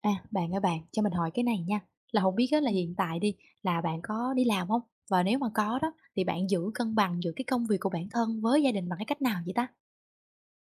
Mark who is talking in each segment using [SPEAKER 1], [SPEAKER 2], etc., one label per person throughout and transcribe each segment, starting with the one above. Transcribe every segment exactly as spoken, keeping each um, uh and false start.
[SPEAKER 1] À, bạn ơi bạn, cho mình hỏi cái này nha. Là không biết á là
[SPEAKER 2] Ừ.
[SPEAKER 1] hiện tại đi, là bạn có đi làm không? Và nếu mà có đó, thì bạn giữ cân bằng giữa cái công việc của bản thân với gia đình bằng cái cách nào vậy ta?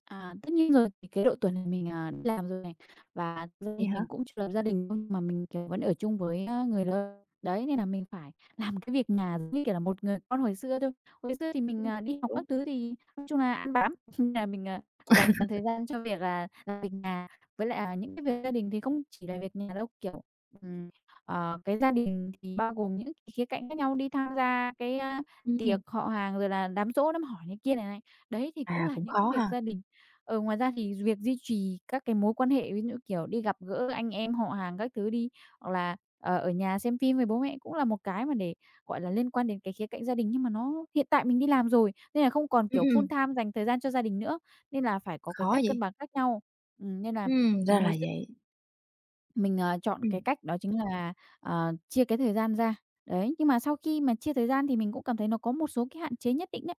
[SPEAKER 2] À, tất nhiên rồi, thì cái độ tuổi này mình, à, đi làm rồi này, và thực ra
[SPEAKER 1] Vậy
[SPEAKER 2] thì
[SPEAKER 1] hả?
[SPEAKER 2] mình cũng chưa lập gia đình đâu, nhưng mà mình, kiểu, vẫn ở chung với, a, người lớn. Đấy, nên là mình phải làm cái việc nhà giống như, kiểu là, một người con hồi xưa thôi. Hồi xưa thì mình, à, đi học
[SPEAKER 1] Kiểu,
[SPEAKER 2] các thứ thì nói chung là ăn bám, nên là mình, à, dành toàn thời gian cho việc là làm việc nhà. Với lại, à, những cái việc gia đình thì không chỉ là việc nhà đâu, kiểu, ừm, ờ, cái gia đình thì bao gồm những cái khía cạnh khác nhau, đi tham gia cái, a,
[SPEAKER 1] ừm, ừm,
[SPEAKER 2] tiệc họ hàng, rồi là đám giỗ, đám hỏi này kia này này. Đấy, thì cũng
[SPEAKER 1] à,
[SPEAKER 2] là
[SPEAKER 1] cũng
[SPEAKER 2] những cái
[SPEAKER 1] khó
[SPEAKER 2] việc
[SPEAKER 1] ha.
[SPEAKER 2] gia đình. Ừ, ngoài ra thì việc duy trì các cái mối quan hệ, ví dụ, kiểu, đi gặp gỡ anh em, họ hàng các thứ đi, hoặc là, ờ, ở nhà xem phim với bố mẹ cũng là một cái mà để, gọi là, liên quan đến cái khía cạnh gia đình. Nhưng mà nó hiện tại mình đi làm rồi, nên là không còn,
[SPEAKER 1] Ừm,
[SPEAKER 2] kiểu, full
[SPEAKER 1] ừm,
[SPEAKER 2] time dành thời gian cho gia đình nữa, nên là phải có cái
[SPEAKER 1] khó
[SPEAKER 2] cách
[SPEAKER 1] vậy.
[SPEAKER 2] cân bằng khác nhau. Ừm, nên là,
[SPEAKER 1] Ừm,
[SPEAKER 2] ừm,
[SPEAKER 1] ra là
[SPEAKER 2] hồi xưa
[SPEAKER 1] vậy.
[SPEAKER 2] mình, ờ, chọn
[SPEAKER 1] Ừm,
[SPEAKER 2] cái cách đó chính là, ờ, chia cái thời gian ra. Đấy, nhưng mà sau khi mà chia thời gian thì mình cũng cảm thấy nó có một số cái hạn chế nhất định đấy.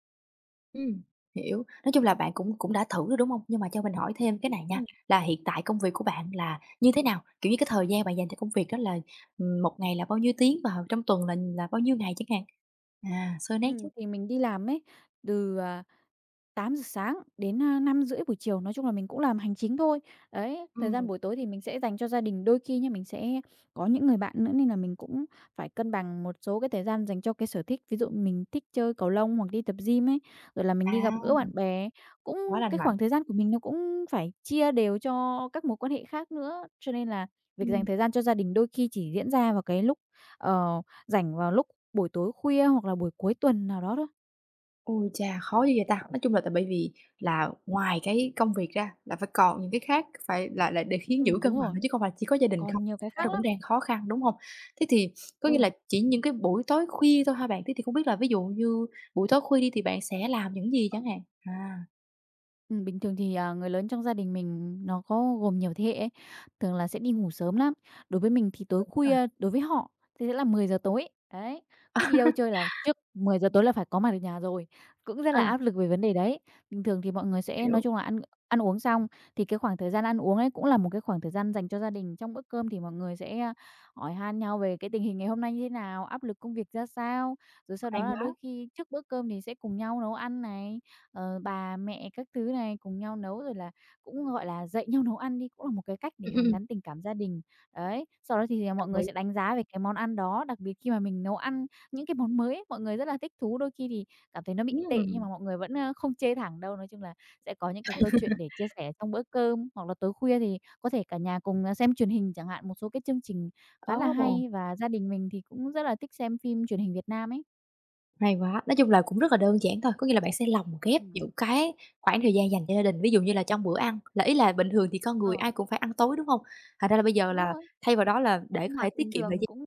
[SPEAKER 1] ừm, hiểu. Nói chung là bạn cũng cũng đã thử rồi, đúng không? Nhưng mà cho mình hỏi thêm cái này nha,
[SPEAKER 2] Ừm,
[SPEAKER 1] là hiện tại công việc của bạn là như thế nào? Kiểu như, cái thời gian bạn dành cho công việc đó là, ừm, một ngày là bao nhiêu tiếng và trong tuần là là bao nhiêu ngày chẳng hạn? À, sơ nét chứ.
[SPEAKER 2] ừm. Thì mình đi làm ấy, từ, à tám giờ sáng đến, à, năm rưỡi buổi chiều, nói chung là mình cũng làm hành chính thôi. Đấy, thời gian
[SPEAKER 1] Ừm.
[SPEAKER 2] buổi tối thì mình sẽ dành cho gia đình, đôi khi nha, mình sẽ có những người bạn nữa nên là mình cũng phải cân bằng một số cái thời gian dành cho cái sở thích. Ví dụ mình thích chơi cầu lông hoặc đi tập gym ấy, rồi là mình đi gặp
[SPEAKER 1] À,
[SPEAKER 2] gỡ bạn bè, cũng
[SPEAKER 1] quá lành
[SPEAKER 2] cái
[SPEAKER 1] mạnh.
[SPEAKER 2] khoảng thời gian của mình nó cũng phải chia đều cho các mối quan hệ khác nữa. Cho nên là việc dành
[SPEAKER 1] Ừm.
[SPEAKER 2] thời gian cho gia đình đôi khi chỉ diễn ra vào cái lúc, ờ, rảnh vào lúc buổi tối khuya hoặc là buổi cuối tuần nào đó thôi.
[SPEAKER 1] Ôi chà, khó dữ vậy ta? Nói chung là tại bởi vì là ngoài cái công việc ra là phải còn những cái khác, phải là là để khiến giữ
[SPEAKER 2] Ừm, đúng
[SPEAKER 1] cân bằng
[SPEAKER 2] rồi,
[SPEAKER 1] nữa chứ không phải chỉ có gia đình không,
[SPEAKER 2] còn nhiều cái
[SPEAKER 1] nó
[SPEAKER 2] khác
[SPEAKER 1] cũng
[SPEAKER 2] lắm.
[SPEAKER 1] đang khó khăn, đúng hông? Thế thì có nghĩa là
[SPEAKER 2] Ừ,
[SPEAKER 1] chỉ những cái buổi tối khuya thôi hả bạn? Thế thì không biết là ví dụ như buổi tối khuya đi thì bạn sẽ làm những gì chẳng hạn? À,
[SPEAKER 2] ừ, bình thường thì, à, người lớn trong gia đình mình nó có gồm nhiều thế hệ ấy, thường là sẽ đi ngủ sớm lắm. Đối với mình thì tối
[SPEAKER 1] đúng rồi,
[SPEAKER 2] khuya đối với họ thì sẽ là mười giờ tối, đấy, cứ đi đâu chơi là trước mười giờ tối là phải có mặt ở nhà rồi, cũng rất
[SPEAKER 1] à,
[SPEAKER 2] là áp lực về vấn đề đấy. Bình thường thì mọi người sẽ
[SPEAKER 1] hiểu,
[SPEAKER 2] nói chung là ăn ăn uống xong thì cái khoảng thời gian ăn uống ấy cũng là một cái khoảng thời gian dành cho gia đình. Trong bữa cơm thì mọi người sẽ, a, hỏi han nhau về cái tình hình ngày hôm nay như thế nào, áp lực công việc ra sao, rồi sau đó
[SPEAKER 1] hay
[SPEAKER 2] là đôi
[SPEAKER 1] quá.
[SPEAKER 2] khi trước bữa cơm thì sẽ cùng nhau nấu ăn này. Ờ, bà mẹ các thứ này cùng nhau nấu, rồi là cũng, gọi là, dạy nhau nấu ăn đi, cũng là một cái cách để
[SPEAKER 1] Ừm, ừm,
[SPEAKER 2] hàn
[SPEAKER 1] ừm,
[SPEAKER 2] gắn tình cảm gia đình. Đấy, sau đó thì, à, mọi
[SPEAKER 1] đồng
[SPEAKER 2] người
[SPEAKER 1] ý.
[SPEAKER 2] sẽ đánh giá về cái món ăn đó, đặc biệt khi mà mình nấu ăn những cái món mới ấy, mọi người rất là thích thú, đôi khi thì cảm thấy nó bị tệ nhưng
[SPEAKER 1] Ừm,
[SPEAKER 2] mà mọi người vẫn, ơ, không chê thẳng đâu. Nói chung là sẽ có những cái câu chuyện để chia sẻ trong bữa cơm, hoặc là tối khuya thì có thể cả nhà cùng, à, xem truyền hình chẳng hạn, một số cái chương trình khá là
[SPEAKER 1] ồ!
[SPEAKER 2] hay và gia đình mình thì cũng rất là thích xem phim truyền hình Việt Nam ấy.
[SPEAKER 1] Hay quá! Nói chung là cũng rất là đơn giản thôi, có nghĩa là bạn sẽ lồng ghép
[SPEAKER 2] Ừm,
[SPEAKER 1] những cái khoảng thời gian dành cho gia đình. Ví dụ như là trong bữa ăn, là ý là bình thường thì con người
[SPEAKER 2] ờ,
[SPEAKER 1] ai cũng phải ăn tối, đúng không? Thành ra là bây giờ
[SPEAKER 2] Đúng
[SPEAKER 1] là
[SPEAKER 2] rồi,
[SPEAKER 1] thay vào đó là để có
[SPEAKER 2] sinh
[SPEAKER 1] thể
[SPEAKER 2] hoạt
[SPEAKER 1] tiết
[SPEAKER 2] bình
[SPEAKER 1] kiệm thời
[SPEAKER 2] thường
[SPEAKER 1] gian
[SPEAKER 2] cũng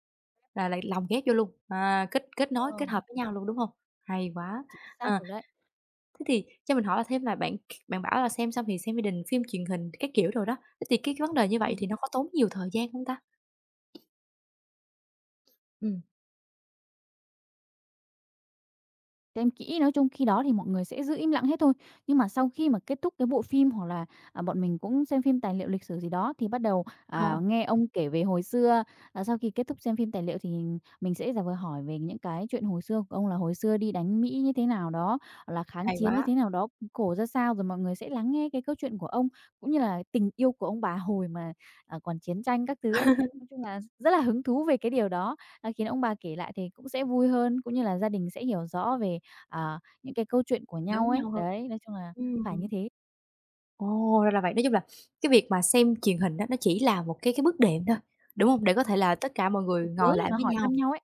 [SPEAKER 1] là lại lồng ghép vô luôn, à, kết kết nối,
[SPEAKER 2] ờ.
[SPEAKER 1] kết hợp với nhau luôn, đúng không? Hay quá!
[SPEAKER 2] Chính xác
[SPEAKER 1] Ờ.
[SPEAKER 2] rồi đấy.
[SPEAKER 1] Thế thì cho mình hỏi là thêm là bạn bạn bảo là xem xong thì xem gia đình, phim truyền hình các kiểu rồi đó, thế thì cái cái vấn đề như vậy
[SPEAKER 2] Ừm.
[SPEAKER 1] thì nó có tốn nhiều thời gian không ta? Ừm,
[SPEAKER 2] Xem kỹ, nói chung khi đó thì mọi người sẽ giữ im lặng hết thôi. Nhưng mà sau khi mà kết thúc cái bộ phim hoặc là, à, bọn mình cũng xem phim tài liệu lịch sử gì đó, thì bắt đầu,
[SPEAKER 1] ờ,
[SPEAKER 2] à, nghe ông kể về hồi xưa. À, sau khi kết thúc xem phim tài liệu thì mình sẽ giả vờ hỏi về những cái chuyện hồi xưa của ông là hồi xưa đi đánh Mỹ như thế nào đó, hoặc là kháng
[SPEAKER 1] hay
[SPEAKER 2] chiến như
[SPEAKER 1] quá!
[SPEAKER 2] thế nào đó, khổ ra sao, rồi mọi người sẽ lắng nghe cái câu chuyện của ông, cũng như là tình yêu của ông bà hồi mà, à, còn chiến tranh các thứ ấy. Nói chung là rất là hứng thú về cái điều đó, à, khiến ông bà kể lại thì cũng sẽ vui hơn, cũng như là gia đình sẽ hiểu rõ về ờ, những cái câu chuyện của nhau
[SPEAKER 1] Lớn
[SPEAKER 2] ấy.
[SPEAKER 1] nhau hơn.
[SPEAKER 2] Đấy, nói chung là phải
[SPEAKER 1] Ừm.
[SPEAKER 2] như thế.
[SPEAKER 1] Ồ, ra là vậy. Nói chung là cái việc mà xem truyền hình đó nó chỉ là một cái cái bước đệm thôi, đúng hông? Để có
[SPEAKER 2] Ừm.
[SPEAKER 1] thể là tất cả mọi
[SPEAKER 2] Một
[SPEAKER 1] người
[SPEAKER 2] cái cớ
[SPEAKER 1] ngồi
[SPEAKER 2] để
[SPEAKER 1] lại
[SPEAKER 2] mà
[SPEAKER 1] với
[SPEAKER 2] hỏi
[SPEAKER 1] nhau.
[SPEAKER 2] thăm nhau ấy.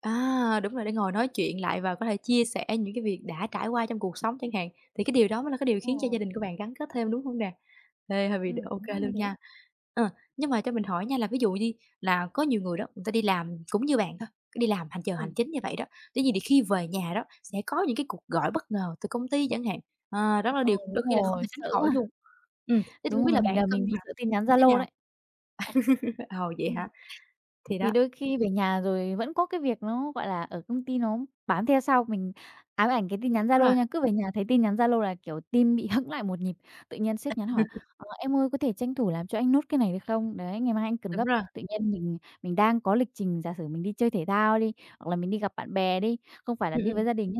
[SPEAKER 1] À, đúng rồi, để ngồi nói chuyện lại và có thể chia sẻ những cái việc đã trải qua trong cuộc sống chẳng hạn, thì cái điều đó mới là cái điều
[SPEAKER 2] Đúng
[SPEAKER 1] khiến cho
[SPEAKER 2] rồi,
[SPEAKER 1] gia đình của bạn gắn kết thêm, đúng không nè? Ê, hơi bị
[SPEAKER 2] ừm,
[SPEAKER 1] ok
[SPEAKER 2] chính xác như
[SPEAKER 1] luôn
[SPEAKER 2] thế.
[SPEAKER 1] nha. Ờ, nhưng mà cho mình hỏi nha là ví dụ đi, là có nhiều người đó, người ta đi làm cũng như bạn thôi, cứ đi làm hành giờ hành
[SPEAKER 2] Ừm,
[SPEAKER 1] chính như vậy đó, tuy nhiên thì khi về nhà đó sẽ có những cái cuộc gọi bất ngờ từ công ty chẳng hạn, à, đó là
[SPEAKER 2] ờ,
[SPEAKER 1] điều đôi
[SPEAKER 2] Đúng
[SPEAKER 1] khi là không thể
[SPEAKER 2] rồi,
[SPEAKER 1] tránh
[SPEAKER 2] sợ
[SPEAKER 1] khỏi
[SPEAKER 2] quá.
[SPEAKER 1] luôn. Ừm, thế thì hông
[SPEAKER 2] Đúng
[SPEAKER 1] biết
[SPEAKER 2] rồi,
[SPEAKER 1] là
[SPEAKER 2] mình
[SPEAKER 1] bạn
[SPEAKER 2] là
[SPEAKER 1] cân
[SPEAKER 2] mình bị
[SPEAKER 1] bằng
[SPEAKER 2] sợ tin nhắn
[SPEAKER 1] như thế
[SPEAKER 2] Zalo
[SPEAKER 1] nào?
[SPEAKER 2] đấy.
[SPEAKER 1] Ờ, vậy hả? Thì
[SPEAKER 2] Thì
[SPEAKER 1] đó,
[SPEAKER 2] đôi khi về nhà rồi vẫn có cái việc nó, gọi là, ở công ty nó bám theo sau mình ám ảnh cái tin nhắn
[SPEAKER 1] đúng
[SPEAKER 2] Zalo
[SPEAKER 1] rồi,
[SPEAKER 2] nha, cứ về nhà thấy tin nhắn Zalo là, kiểu, tim bị hững lại một nhịp. Tự nhiên sếp nhắn hỏi: "Ờ, em ơi có thể tranh thủ làm cho anh nốt cái này được không? Đấy, ngày mai anh cần
[SPEAKER 1] đúng
[SPEAKER 2] gấp."
[SPEAKER 1] rồi.
[SPEAKER 2] Tự nhiên mình mình đang có lịch trình, giả sử mình đi chơi thể thao đi, hoặc là mình đi gặp bạn bè đi, không phải là
[SPEAKER 1] Ừm,
[SPEAKER 2] đi với
[SPEAKER 1] ừm.
[SPEAKER 2] gia đình nhá,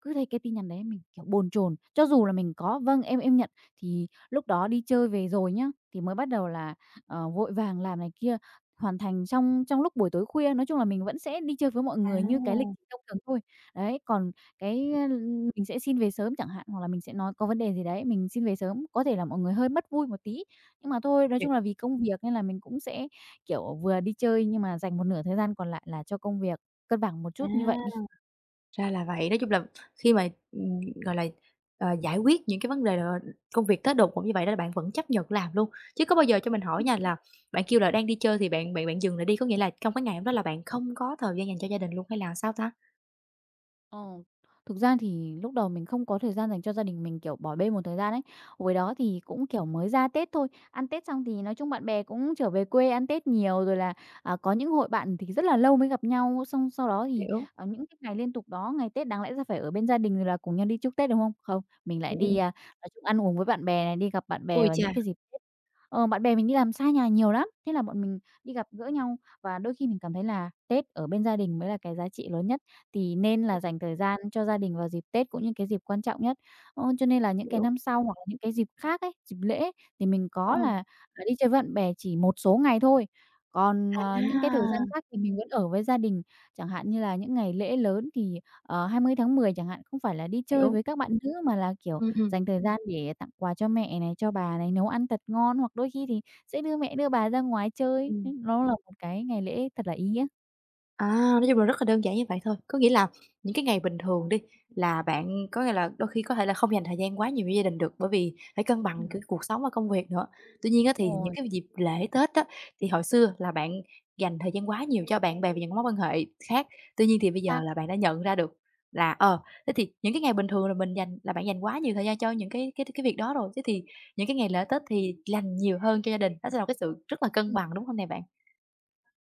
[SPEAKER 2] cứ thấy cái tin nhắn đấy mình, kiểu, bồn chồn, cho dù là mình có "Vâng, em em nhận." Thì lúc đó đi chơi về rồi nhá, thì mới bắt đầu là, ờ, vội vàng làm này kia, hoàn thành trong trong lúc buổi tối khuya. Nói chung là mình vẫn sẽ đi chơi với mọi
[SPEAKER 1] À,
[SPEAKER 2] người như cái lịch trình thông thường thôi. Đấy, còn cái, ơ, mình sẽ xin về sớm chẳng hạn, hoặc là mình sẽ nói có vấn đề gì đấy, mình xin về sớm, có thể là mọi người hơi mất vui một tí. Nhưng mà thôi, nói
[SPEAKER 1] hiểu.
[SPEAKER 2] chung là vì công việc nên là mình cũng sẽ, kiểu, vừa đi chơi nhưng mà dành một nửa thời gian còn lại là cho công việc, cân bằng một chút như vậy đi.
[SPEAKER 1] À. Ra là vậy. Nói chung là khi mà, ừm, gọi là, ờ, giải quyết những cái vấn đề, ờ, công việc tới đột ngột như vậy đó là bạn vẫn chấp nhận làm luôn? Chứ có bao giờ cho mình hỏi nha là bạn kêu là đang đi chơi thì bạn bạn bạn dừng lại đi, có nghĩa là trong cái ngày hôm đó là bạn không có thời gian dành cho gia đình luôn hay là sao ta?
[SPEAKER 2] Ờ, thực ra thì lúc đầu mình không có thời gian dành cho gia đình mình, kiểu, bỏ bê một thời gian ấy. Hồi đó thì cũng, kiểu, mới ra Tết thôi, ăn Tết xong thì nói chung bạn bè cũng trở về quê ăn Tết nhiều, rồi là, à, có những hội bạn thì rất là lâu mới gặp nhau, xong sau đó thì,
[SPEAKER 1] Hiểu.
[SPEAKER 2] ờ, những cái ngày liên tục đó, ngày Tết đáng lẽ ra phải ở bên gia đình rồi là cùng nhau đi chúc Tết, đúng không? Không, mình lại
[SPEAKER 1] Ừm, ừm,
[SPEAKER 2] đi,
[SPEAKER 1] ừm.
[SPEAKER 2] à, nói chung ăn uống với bạn bè này, đi gặp bạn bè
[SPEAKER 1] Ôi
[SPEAKER 2] vào
[SPEAKER 1] chà!
[SPEAKER 2] những cái dịp Tết. Ờ, bạn bè mình đi làm xa nhà nhiều lắm, thế là bọn mình đi gặp gỡ nhau và đôi khi mình cảm thấy là Tết ở bên gia đình mới là cái giá trị lớn nhất. Thì nên là dành thời gian cho gia đình vào dịp Tết cũng như cái dịp quan trọng nhất. Ơ, cho nên là những cái
[SPEAKER 1] Hiểu.
[SPEAKER 2] năm sau hoặc là những cái dịp khác ấy, dịp lễ ấy, thì mình
[SPEAKER 1] Ờ.
[SPEAKER 2] có là, à, đi chơi với bạn bè chỉ một số ngày thôi. Còn, ờ,
[SPEAKER 1] À!
[SPEAKER 2] những cái thời gian khác thì mình vẫn ở với gia đình. Chẳng hạn như là những ngày lễ lớn thì, ờ, hai mươi tháng mười chẳng hạn, không phải là đi chơi
[SPEAKER 1] Hiểu.
[SPEAKER 2] với các bạn nữ mà là, kiểu,
[SPEAKER 1] Ừ, ừ.
[SPEAKER 2] dành thời gian để tặng quà cho mẹ này, cho bà này, nấu ăn thật ngon, hoặc đôi khi thì sẽ đưa mẹ, đưa bà ra ngoài chơi.
[SPEAKER 1] Ừm.
[SPEAKER 2] Nó là một cái ngày lễ thật là ý nghĩa.
[SPEAKER 1] À, nói chung là rất là đơn giản như vậy thôi. Có nghĩa là những cái ngày bình thường đi là bạn có nghĩa là đôi khi có thể là không dành thời gian quá nhiều với gia đình được bởi vì phải cân bằng
[SPEAKER 2] Ừm.
[SPEAKER 1] cái cuộc sống và công việc nữa. Tuy nhiên á, thì những
[SPEAKER 2] Rồi,
[SPEAKER 1] cái dịp lễ Tết á, thì hồi xưa là bạn dành thời gian quá nhiều cho bạn bè và những mối quan hệ khác. Tuy nhiên thì bây
[SPEAKER 2] chính
[SPEAKER 1] giờ
[SPEAKER 2] xác.
[SPEAKER 1] là bạn đã nhận ra được là ờ thế thì những cái ngày bình thường là mình dành là bạn dành quá nhiều thời gian cho những cái cái cái việc đó rồi. Thế thì những cái ngày lễ Tết thì dành nhiều hơn cho gia đình. Đó sẽ là một cái sự rất là cân bằng, đúng không nè bạn?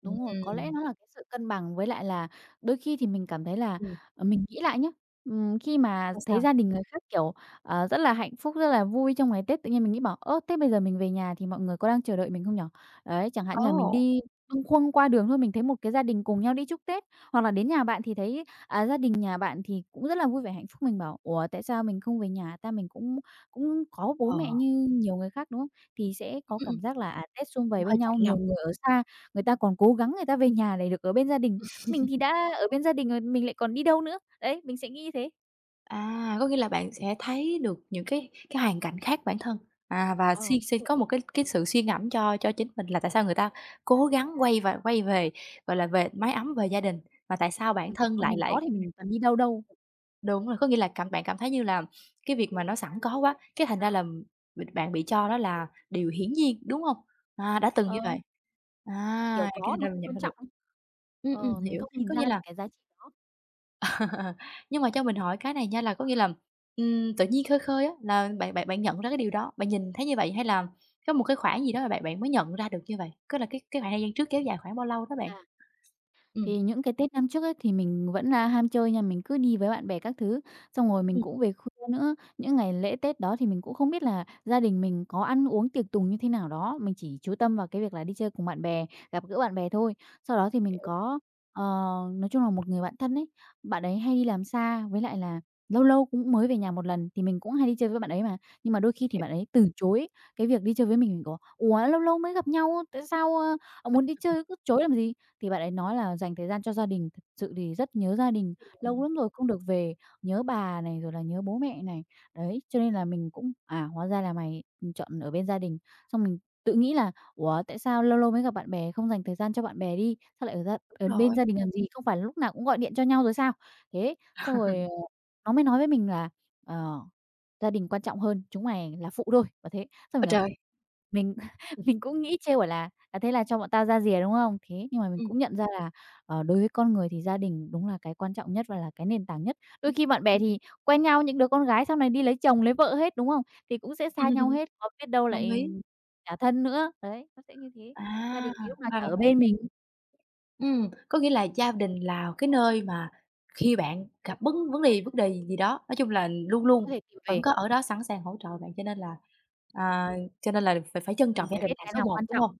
[SPEAKER 2] Đúng rồi, có lẽ
[SPEAKER 1] Ừm.
[SPEAKER 2] nó là cái sự cân bằng với lại là đôi khi thì mình cảm thấy là,
[SPEAKER 1] Ừm.
[SPEAKER 2] ờ, mình nghĩ lại nhá, ừm, khi mà
[SPEAKER 1] Sao, sao?
[SPEAKER 2] thấy gia đình người khác, kiểu, ờ, rất là hạnh phúc, rất là vui trong ngày Tết, tự nhiên mình nghĩ bảo: "Ơ, thế bây giờ mình về nhà thì mọi người có đang chờ đợi mình không nhỉ?" Đấy, chẳng hạn như là mình
[SPEAKER 1] Ồ!
[SPEAKER 2] đi bâng khuâng qua đường thôi, mình thấy một cái gia đình cùng nhau đi chúc Tết, hoặc là đến nhà bạn thì thấy, à, gia đình nhà bạn thì cũng rất là vui vẻ hạnh phúc, mình bảo: "Ủa, tại sao mình không về nhà ta? Mình cũng cũng có bố
[SPEAKER 1] Ờ,
[SPEAKER 2] mẹ như nhiều người khác, đúng không?" Thì sẽ có
[SPEAKER 1] ừm, ừm,
[SPEAKER 2] cảm giác là, à, Tết sum
[SPEAKER 1] cũng
[SPEAKER 2] vầy bên
[SPEAKER 1] hơi chạnh
[SPEAKER 2] nhau, nhiều
[SPEAKER 1] lòng.
[SPEAKER 2] người ở xa. Người ta còn cố gắng người ta về nhà để được ở bên gia đình, mình thì đã ở bên gia đình rồi, mình lại còn đi đâu nữa? Đấy, mình sẽ nghĩ như thế.
[SPEAKER 1] À, có nghĩa là bạn sẽ thấy được những cái cái hoàn cảnh khác bản thân, à, và
[SPEAKER 2] Ờ, đúng
[SPEAKER 1] suy sẽ
[SPEAKER 2] rồi.
[SPEAKER 1] có một cái cái sự suy ngẫm cho cho chính mình là tại sao người ta cố gắng quay và quay về, gọi là, về mái ấm, về gia đình, mà tại sao bản thân
[SPEAKER 2] Còn
[SPEAKER 1] lại
[SPEAKER 2] mình có
[SPEAKER 1] lại
[SPEAKER 2] thì mình toàn đi đâu đâu.
[SPEAKER 1] Đúng rồi, có nghĩa là cảm bạn cảm thấy như là cái việc mà nó sẵn có quá, cái thành ra là mình bạn bị cho đó là điều hiển nhiên, đúng không? À, đã từng như
[SPEAKER 2] Ờ,
[SPEAKER 1] vậy.
[SPEAKER 2] kiểu
[SPEAKER 1] À, cái
[SPEAKER 2] có
[SPEAKER 1] thành
[SPEAKER 2] mà
[SPEAKER 1] ra mình
[SPEAKER 2] không
[SPEAKER 1] nhận
[SPEAKER 2] quan
[SPEAKER 1] ra được.
[SPEAKER 2] trọng ấy.
[SPEAKER 1] Ừ, ừm,
[SPEAKER 2] Ờ, mình
[SPEAKER 1] hiểu,
[SPEAKER 2] không nhìn
[SPEAKER 1] có nghĩa
[SPEAKER 2] ra được
[SPEAKER 1] là.
[SPEAKER 2] cái giá trị đó.
[SPEAKER 1] Ờ, nhưng mà cho mình hỏi cái này nha, là có nghĩa là, ừm, tự nhiên khơi khơi á, là bạn bạn bạn nhận ra cái điều đó, bạn nhìn thấy như vậy hay là có một cái khoảng gì đó mà bạn bạn mới nhận ra được như vậy? Cứ là cái cái khoảng thời gian trước kéo dài khoảng bao lâu đó bạn?
[SPEAKER 2] À.
[SPEAKER 1] Ừm,
[SPEAKER 2] Thì những cái Tết năm trước ấy, thì mình vẫn là ham chơi nha, mình cứ đi với bạn bè các thứ, xong rồi mình
[SPEAKER 1] ừm,
[SPEAKER 2] cũng về khuya nữa. Những ngày lễ Tết đó thì mình cũng không biết là gia đình mình có ăn uống tiệc tùng như thế nào đó, mình chỉ chú tâm vào cái việc là đi chơi cùng bạn bè, gặp gỡ bạn bè thôi. Sau đó thì mình có, ờ, nói chung là một người bạn thân ấy, bạn ấy hay đi làm xa, với lại là lâu lâu cũng mới về nhà một lần, thì mình cũng hay đi chơi với bạn ấy mà. Nhưng mà đôi khi thì
[SPEAKER 1] hiểu,
[SPEAKER 2] bạn ấy từ chối cái việc đi chơi với mình, mình bảo: "Ủa, lâu lâu mới gặp nhau, tại sao, ơ, muốn đi chơi cứ chối làm gì?" Thì bạn ấy nói là dành thời gian cho gia đình, thật sự thì rất nhớ gia đình,
[SPEAKER 1] ừm,
[SPEAKER 2] lâu lắm rồi không được về, nhớ bà này, rồi là nhớ bố mẹ này. Đấy, cho nên là mình cũng, à, hóa ra là mày, chọn ở bên gia đình. Xong mình tự nghĩ là: "Ủa, tại sao lâu lâu mới gặp bạn bè, không dành thời gian cho bạn bè đi? Sao lại ở gia
[SPEAKER 1] đúng
[SPEAKER 2] ở bên
[SPEAKER 1] rồi.
[SPEAKER 2] gia đình làm gì? Không phải lúc nào cũng gọi điện cho nhau rồi sao?" Thế, xong rồi, ờ, nó mới nói với mình là: "Ờ, gia đình quan trọng hơn, chúng mày là phụ thôi." và thế. Xong
[SPEAKER 1] Ôi
[SPEAKER 2] mình
[SPEAKER 1] trời!
[SPEAKER 2] mình
[SPEAKER 1] Ừm,
[SPEAKER 2] mình cũng nghĩ trêu bảo là: "À, thế là cho bọn tao ra rìa, đúng không?" Thế nhưng mà mình
[SPEAKER 1] ừm,
[SPEAKER 2] cũng nhận ra là, ờ, đối với con người thì gia đình đúng là cái quan trọng nhất và là cái nền tảng nhất. Đôi khi bạn bè thì quen nhau, những đứa con gái sau này đi lấy chồng, lấy vợ hết, đúng không? Thì cũng sẽ xa nhau hết, có biết đâu
[SPEAKER 1] đồng ý.
[SPEAKER 2] lại trả thân nữa. Đấy, nó sẽ như thế.
[SPEAKER 1] À,
[SPEAKER 2] Gia đình thì lúc nào
[SPEAKER 1] ra
[SPEAKER 2] chả
[SPEAKER 1] là
[SPEAKER 2] ở
[SPEAKER 1] vậy.
[SPEAKER 2] bên mình,
[SPEAKER 1] Ừm, có nghĩa là gia đình là cái nơi mà khi bạn gặp vấn vấn đề vấn đề gì đó, nói chung là luôn
[SPEAKER 2] để có
[SPEAKER 1] luôn
[SPEAKER 2] thể tìm
[SPEAKER 1] vẫn
[SPEAKER 2] về,
[SPEAKER 1] có ở đó sẵn sàng hỗ trợ bạn, cho nên là, à, cho nên là phải phải trân trọng
[SPEAKER 2] cần
[SPEAKER 1] gia
[SPEAKER 2] phải
[SPEAKER 1] đình
[SPEAKER 2] biết
[SPEAKER 1] là
[SPEAKER 2] cái
[SPEAKER 1] số
[SPEAKER 2] nào
[SPEAKER 1] một,
[SPEAKER 2] quan
[SPEAKER 1] đúng
[SPEAKER 2] trọng.
[SPEAKER 1] không?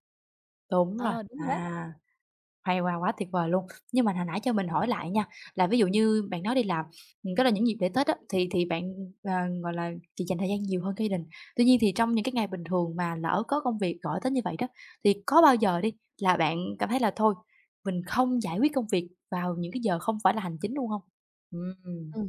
[SPEAKER 1] Đúng rồi,
[SPEAKER 2] Ờ, đúng rồi đấy.
[SPEAKER 1] à. Hay quá, quá tuyệt vời luôn! Nhưng mà hồi nãy cho mình hỏi lại nha, là ví dụ như bạn nói đi làm, ừm, đó là những dịp lễ Tết á, thì thì bạn, ờ, gọi là, chị dành thời gian nhiều hơn cho gia đình. Tuy nhiên thì trong những cái ngày bình thường mà lỡ có công việc gọi tới như vậy đó, thì có bao giờ đi là bạn cảm thấy là thôi, mình không giải quyết công việc vào những cái giờ không phải là hành chính luôn không? Ừ.
[SPEAKER 2] Ừ.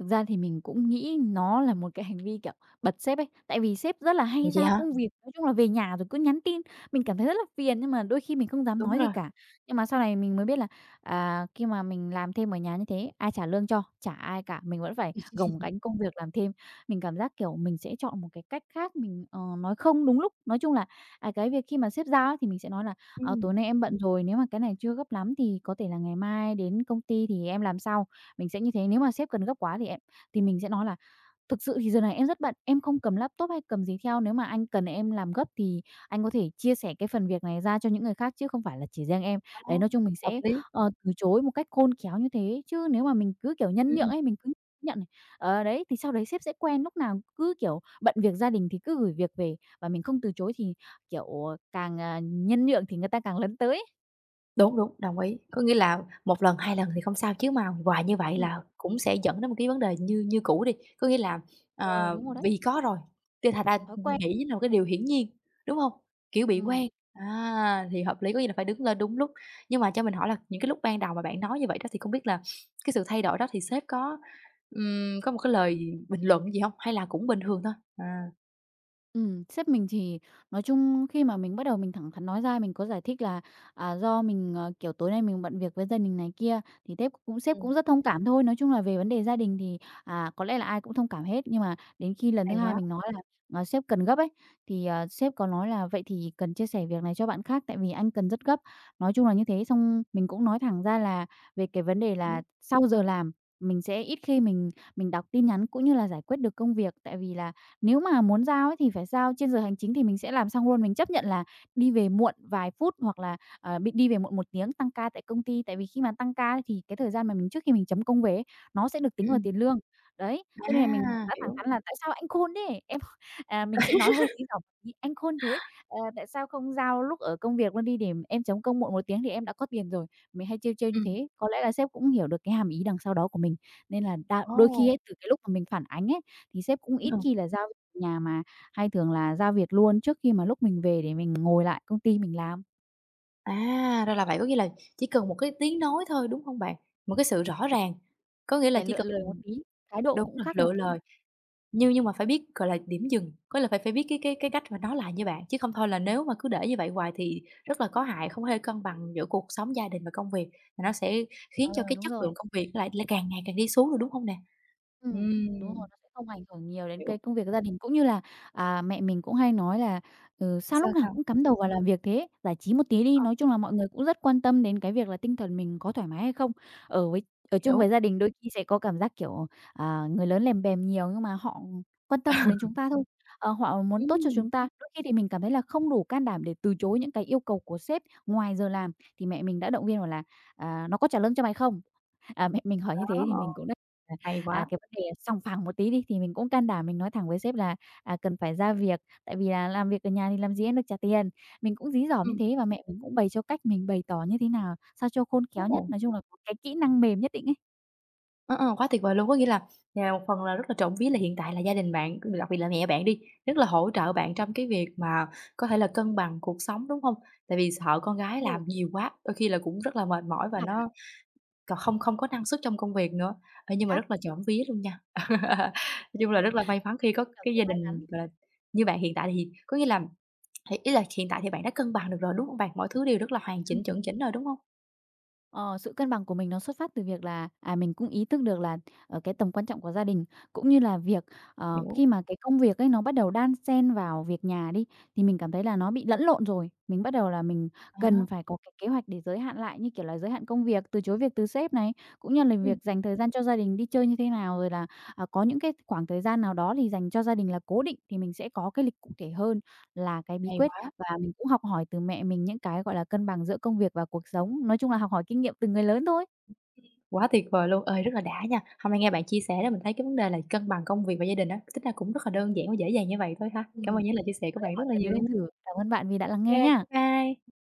[SPEAKER 2] Thực ra thì mình cũng nghĩ nó là một cái hành vi, kiểu, bật sếp ấy, tại vì sếp rất là
[SPEAKER 1] Ồ,
[SPEAKER 2] hay
[SPEAKER 1] vậy
[SPEAKER 2] giao
[SPEAKER 1] hả?
[SPEAKER 2] công việc, nói chung là về nhà rồi cứ nhắn tin, mình cảm thấy rất là phiền nhưng mà đôi khi mình không dám
[SPEAKER 1] Đúng
[SPEAKER 2] nói gì
[SPEAKER 1] rồi.
[SPEAKER 2] cả. Nhưng mà sau này mình mới biết là, à, khi mà mình làm thêm ở nhà như thế, ai trả lương cho? Chả ai cả, mình vẫn phải gồng gánh công việc làm thêm. Mình cảm giác, kiểu, mình sẽ chọn một cái cách khác, mình, ờ, nói không đúng lúc. Nói chung là, à, cái việc khi mà sếp giao á thì mình sẽ nói là: "Ờ,
[SPEAKER 1] Ừm.
[SPEAKER 2] tối nay em bận rồi, nếu mà cái này chưa gấp lắm thì có thể là ngày mai đến công ty thì em làm sau." Mình sẽ như thế, nếu mà sếp cần gấp quá thì em thì mình sẽ nói là: "Thực sự thì giờ này em rất bận, em không cầm laptop hay cầm gì theo, nếu mà anh cần em làm gấp thì anh có thể chia sẻ cái phần việc này ra cho những người khác chứ không phải là chỉ riêng em."
[SPEAKER 1] Ờ,
[SPEAKER 2] Đấy, nói chung mình
[SPEAKER 1] hợp
[SPEAKER 2] sẽ,
[SPEAKER 1] lý.
[SPEAKER 2] ờ, từ chối một cách khôn khéo như thế, chứ nếu mà mình cứ, kiểu, nhân nhượng
[SPEAKER 1] Ừm.
[SPEAKER 2] ấy, mình cứ nhận này, ờ, đấy, thì sau đấy sếp sẽ quen, lúc nào cứ, kiểu, bận việc gia đình thì cứ gửi việc về và mình không từ chối thì, kiểu, càng, à, nhân nhượng thì người ta càng lấn tới ấy.
[SPEAKER 1] Đúng, đúng, đồng ý. Có nghĩa là một lần, hai lần thì không sao chứ mà hoài như vậy
[SPEAKER 2] Ừm.
[SPEAKER 1] là cũng sẽ dẫn đến một cái vấn đề như như cũ đi. Có nghĩa là,
[SPEAKER 2] Ờ,
[SPEAKER 1] ờ,
[SPEAKER 2] đúng rồi đấy,
[SPEAKER 1] vì có rồi, thì thành ra
[SPEAKER 2] thói quen.
[SPEAKER 1] nghỉ là một cái điều hiển nhiên, đúng hông? Kiểu bị quen,
[SPEAKER 2] Ừm.
[SPEAKER 1] à, thì hợp lý, có nghĩa là phải đứng lên đúng lúc. Nhưng mà cho mình hỏi là những cái lúc ban đầu mà bạn nói như vậy đó thì không biết là cái sự thay đổi đó thì sếp có, ừm, có một cái lời bình luận gì hông? Hay là cũng bình thường thôi? À,
[SPEAKER 2] Ừm, sếp mình thì nói chung khi mà mình bắt đầu mình thẳng thắn nói ra, mình có giải thích là, à, do mình, ờ, kiểu, tối nay mình bận việc với gia đình này kia, thì sếp cũng sếp
[SPEAKER 1] ừm,
[SPEAKER 2] cũng rất thông cảm thôi. Nói chung là về vấn đề gia đình thì, à, có lẽ là ai cũng thông cảm hết. Nhưng mà đến khi lần thứ
[SPEAKER 1] hay
[SPEAKER 2] hai
[SPEAKER 1] quá.
[SPEAKER 2] mình nói là, ờ, sếp cần gấp ấy, thì, ờ, sếp có nói là: "Vậy thì cần chia sẻ việc này cho bạn khác tại vì anh cần rất gấp." Nói chung là như thế, xong mình cũng nói thẳng ra là về cái vấn đề
[SPEAKER 1] Ừm,
[SPEAKER 2] là sau giờ làm mình sẽ ít khi mình mình đọc tin nhắn cũng như là giải quyết được công việc. Tại vì là nếu mà muốn giao ấy thì phải giao trên giờ hành chính thì mình sẽ làm xong luôn, mình chấp nhận là đi về muộn vài phút hoặc là, ờ, bị đi về muộn một tiếng tăng ca tại công ty, tại vì khi mà tăng ca thì cái thời gian mà mình trước khi mình chấm công về ấy, nó sẽ được tính vào
[SPEAKER 1] ừm,
[SPEAKER 2] tiền lương. Đấy, cho nên là mình
[SPEAKER 1] à,
[SPEAKER 2] đã thẳng
[SPEAKER 1] hiểu.
[SPEAKER 2] thắn là: "Tại sao anh khôn thế? Em" à, mình sẽ nói hơi dí dỏm tí: "Anh khôn thế, ờ, tại sao không giao lúc ở công việc luôn đi để em chấm công muộn một tiếng thì em đã có tiền rồi." Mình hay trêu trêu như
[SPEAKER 1] Ừm,
[SPEAKER 2] thế, có lẽ là sếp cũng hiểu được cái hàm ý đằng sau đó của mình, nên là đa
[SPEAKER 1] ồ,
[SPEAKER 2] đôi khi ấy, từ cái lúc mà mình phản ánh ấy, thì sếp cũng
[SPEAKER 1] ừ.
[SPEAKER 2] ít khi là giao. Nhà mà hay thường là ra việc luôn trước khi mà lúc mình về để mình ngồi lại công ty mình làm,
[SPEAKER 1] À, ra là vậy, có nghĩa là chỉ cần một cái tiếng nói thôi, đúng hông bạn? Một cái sự rõ ràng, có nghĩa là
[SPEAKER 2] phải
[SPEAKER 1] chỉ
[SPEAKER 2] lựa
[SPEAKER 1] cần
[SPEAKER 2] lười một tí, thái độ
[SPEAKER 1] đúng
[SPEAKER 2] cũng
[SPEAKER 1] rồi,
[SPEAKER 2] khác một
[SPEAKER 1] lựa
[SPEAKER 2] tí.
[SPEAKER 1] lời, nhưng nhưng mà phải biết, gọi là, điểm dừng, có là phải phải biết cái cái cái cách mà nói lại như bạn, chứ không thôi là nếu mà cứ để như vậy hoài thì rất là có hại, không hề cân bằng giữa cuộc sống gia đình và công việc, mà nó sẽ khiến
[SPEAKER 2] Ờ,
[SPEAKER 1] cho cái
[SPEAKER 2] đúng
[SPEAKER 1] chất
[SPEAKER 2] rồi.
[SPEAKER 1] lượng công việc lại lại càng ngày càng đi xuống rồi, đúng hông nè?
[SPEAKER 2] Ừm, đúng rồi,
[SPEAKER 1] Ừm,
[SPEAKER 2] nó sẽ không ảnh hưởng nhiều đến
[SPEAKER 1] hiểu,
[SPEAKER 2] cái công việc gia đình, cũng như là, à, mẹ mình cũng hay nói là: "Ừ, sao
[SPEAKER 1] sao,
[SPEAKER 2] lúc nào
[SPEAKER 1] sao?
[SPEAKER 2] cũng cắm đầu vào làm việc thế, giải trí một tí đi."
[SPEAKER 1] Ờ,
[SPEAKER 2] Nói chung là mọi người cũng rất quan tâm đến cái việc là tinh thần mình có thoải mái hay không. Ở với ở chung với
[SPEAKER 1] hiểu.
[SPEAKER 2] gia đình đôi khi sẽ có cảm giác, kiểu, à, người lớn lèm bèm nhiều nhưng mà họ quan tâm đến chúng ta thôi, ờ, họ muốn tốt cho
[SPEAKER 1] Ừm,
[SPEAKER 2] chúng ta. Đôi khi thì mình cảm thấy là không đủ can đảm để từ chối những cái yêu cầu của sếp ngoài giờ làm, thì mẹ mình đã động viên bảo là: "À, nó có trả lương cho mày không?" À, mẹ mình hỏi như thế
[SPEAKER 1] đó,
[SPEAKER 2] thì
[SPEAKER 1] ờ,
[SPEAKER 2] mình cũng đã.
[SPEAKER 1] hay
[SPEAKER 2] À,
[SPEAKER 1] quá,
[SPEAKER 2] cái vấn đề sòng phẳng một tí đi, thì mình cũng can đảm mình nói thẳng với sếp là, à, cần phải ra việc, tại vì là làm việc ở nhà thì làm gì em được trả tiền. Mình cũng dí dỏm như
[SPEAKER 1] ừm.
[SPEAKER 2] thế và mẹ mình cũng bày cho cách mình bày tỏ như thế nào sao cho khôn khéo nhất,
[SPEAKER 1] Ồ.
[SPEAKER 2] nói chung là có cái kỹ năng mềm nhất định ấy.
[SPEAKER 1] Ờ, ờ, quá tuyệt vời luôn! Có nghĩa là, à, một phần là rất là trộm vía là hiện tại là gia đình bạn, đặc biệt là mẹ bạn đi, rất là hỗ trợ bạn trong cái việc mà có thể là cân bằng cuộc sống, đúng không? Tại vì sợ con gái
[SPEAKER 2] Ồ,
[SPEAKER 1] làm nhiều quá, đôi khi là cũng rất là mệt mỏi
[SPEAKER 2] vất
[SPEAKER 1] và
[SPEAKER 2] vả.
[SPEAKER 1] nó còn không không có năng suất trong công việc nữa. Ê,
[SPEAKER 2] Chính
[SPEAKER 1] nhưng mà
[SPEAKER 2] xác.
[SPEAKER 1] rất là trộm vía luôn nha. Nói
[SPEAKER 2] Đúng
[SPEAKER 1] chung là
[SPEAKER 2] rồi,
[SPEAKER 1] rất là may mắn khi có
[SPEAKER 2] cảm
[SPEAKER 1] cái
[SPEAKER 2] thấy
[SPEAKER 1] gia
[SPEAKER 2] may
[SPEAKER 1] đình,
[SPEAKER 2] mắn.
[SPEAKER 1] gọi là, như bạn hiện tại thì có nghĩa là thì ý là hiện tại thì bạn đã cân bằng được rồi, đúng không bạn? Mọi thứ đều rất là hoàn chỉnh,
[SPEAKER 2] Ừm.
[SPEAKER 1] chuẩn chỉnh rồi, đúng không?
[SPEAKER 2] Ờ, sự cân bằng của mình nó xuất phát từ việc là, à, mình cũng ý thức được là, ờ, cái tầm quan trọng của gia đình, cũng như là việc, ờ,
[SPEAKER 1] Hiểu.
[SPEAKER 2] khi mà cái công việc ấy nó bắt đầu đan xen vào việc nhà đi, thì mình cảm thấy là nó bị lẫn lộn rồi. Mình bắt đầu là mình
[SPEAKER 1] À,
[SPEAKER 2] cần phải có cái kế hoạch để giới hạn lại, như kiểu là, giới hạn công việc, từ chối việc từ sếp này, cũng như là
[SPEAKER 1] ừm,
[SPEAKER 2] việc dành thời gian cho gia đình đi chơi như thế nào, rồi là, à, có những cái khoảng thời gian nào đó thì dành cho gia đình là cố định, thì mình sẽ có cái lịch cụ thể hơn là cái bí
[SPEAKER 1] hay
[SPEAKER 2] quyết
[SPEAKER 1] quá!
[SPEAKER 2] và mình cũng học hỏi từ mẹ mình những cái, gọi là, cân bằng giữa công việc và cuộc sống, nói chung là học hỏi kinh nghiệm từ người lớn thôi.
[SPEAKER 1] Quá tuyệt vời luôn, ơi, rất là đã nha. Hôm nay nghe bạn chia sẻ đó mình thấy cái vấn đề là cân bằng công việc và gia đình á, tính ra cũng rất là đơn giản và dễ dàng như vậy thôi ha. Cảm
[SPEAKER 2] Ừm.
[SPEAKER 1] ơn những lời chia sẻ của
[SPEAKER 2] Có lẽ
[SPEAKER 1] bạn rất
[SPEAKER 2] mọi
[SPEAKER 1] là
[SPEAKER 2] người đều
[SPEAKER 1] nhiều. Ok,
[SPEAKER 2] nên thử. Cảm ơn bạn vì đã lắng nghe nha.
[SPEAKER 1] bye.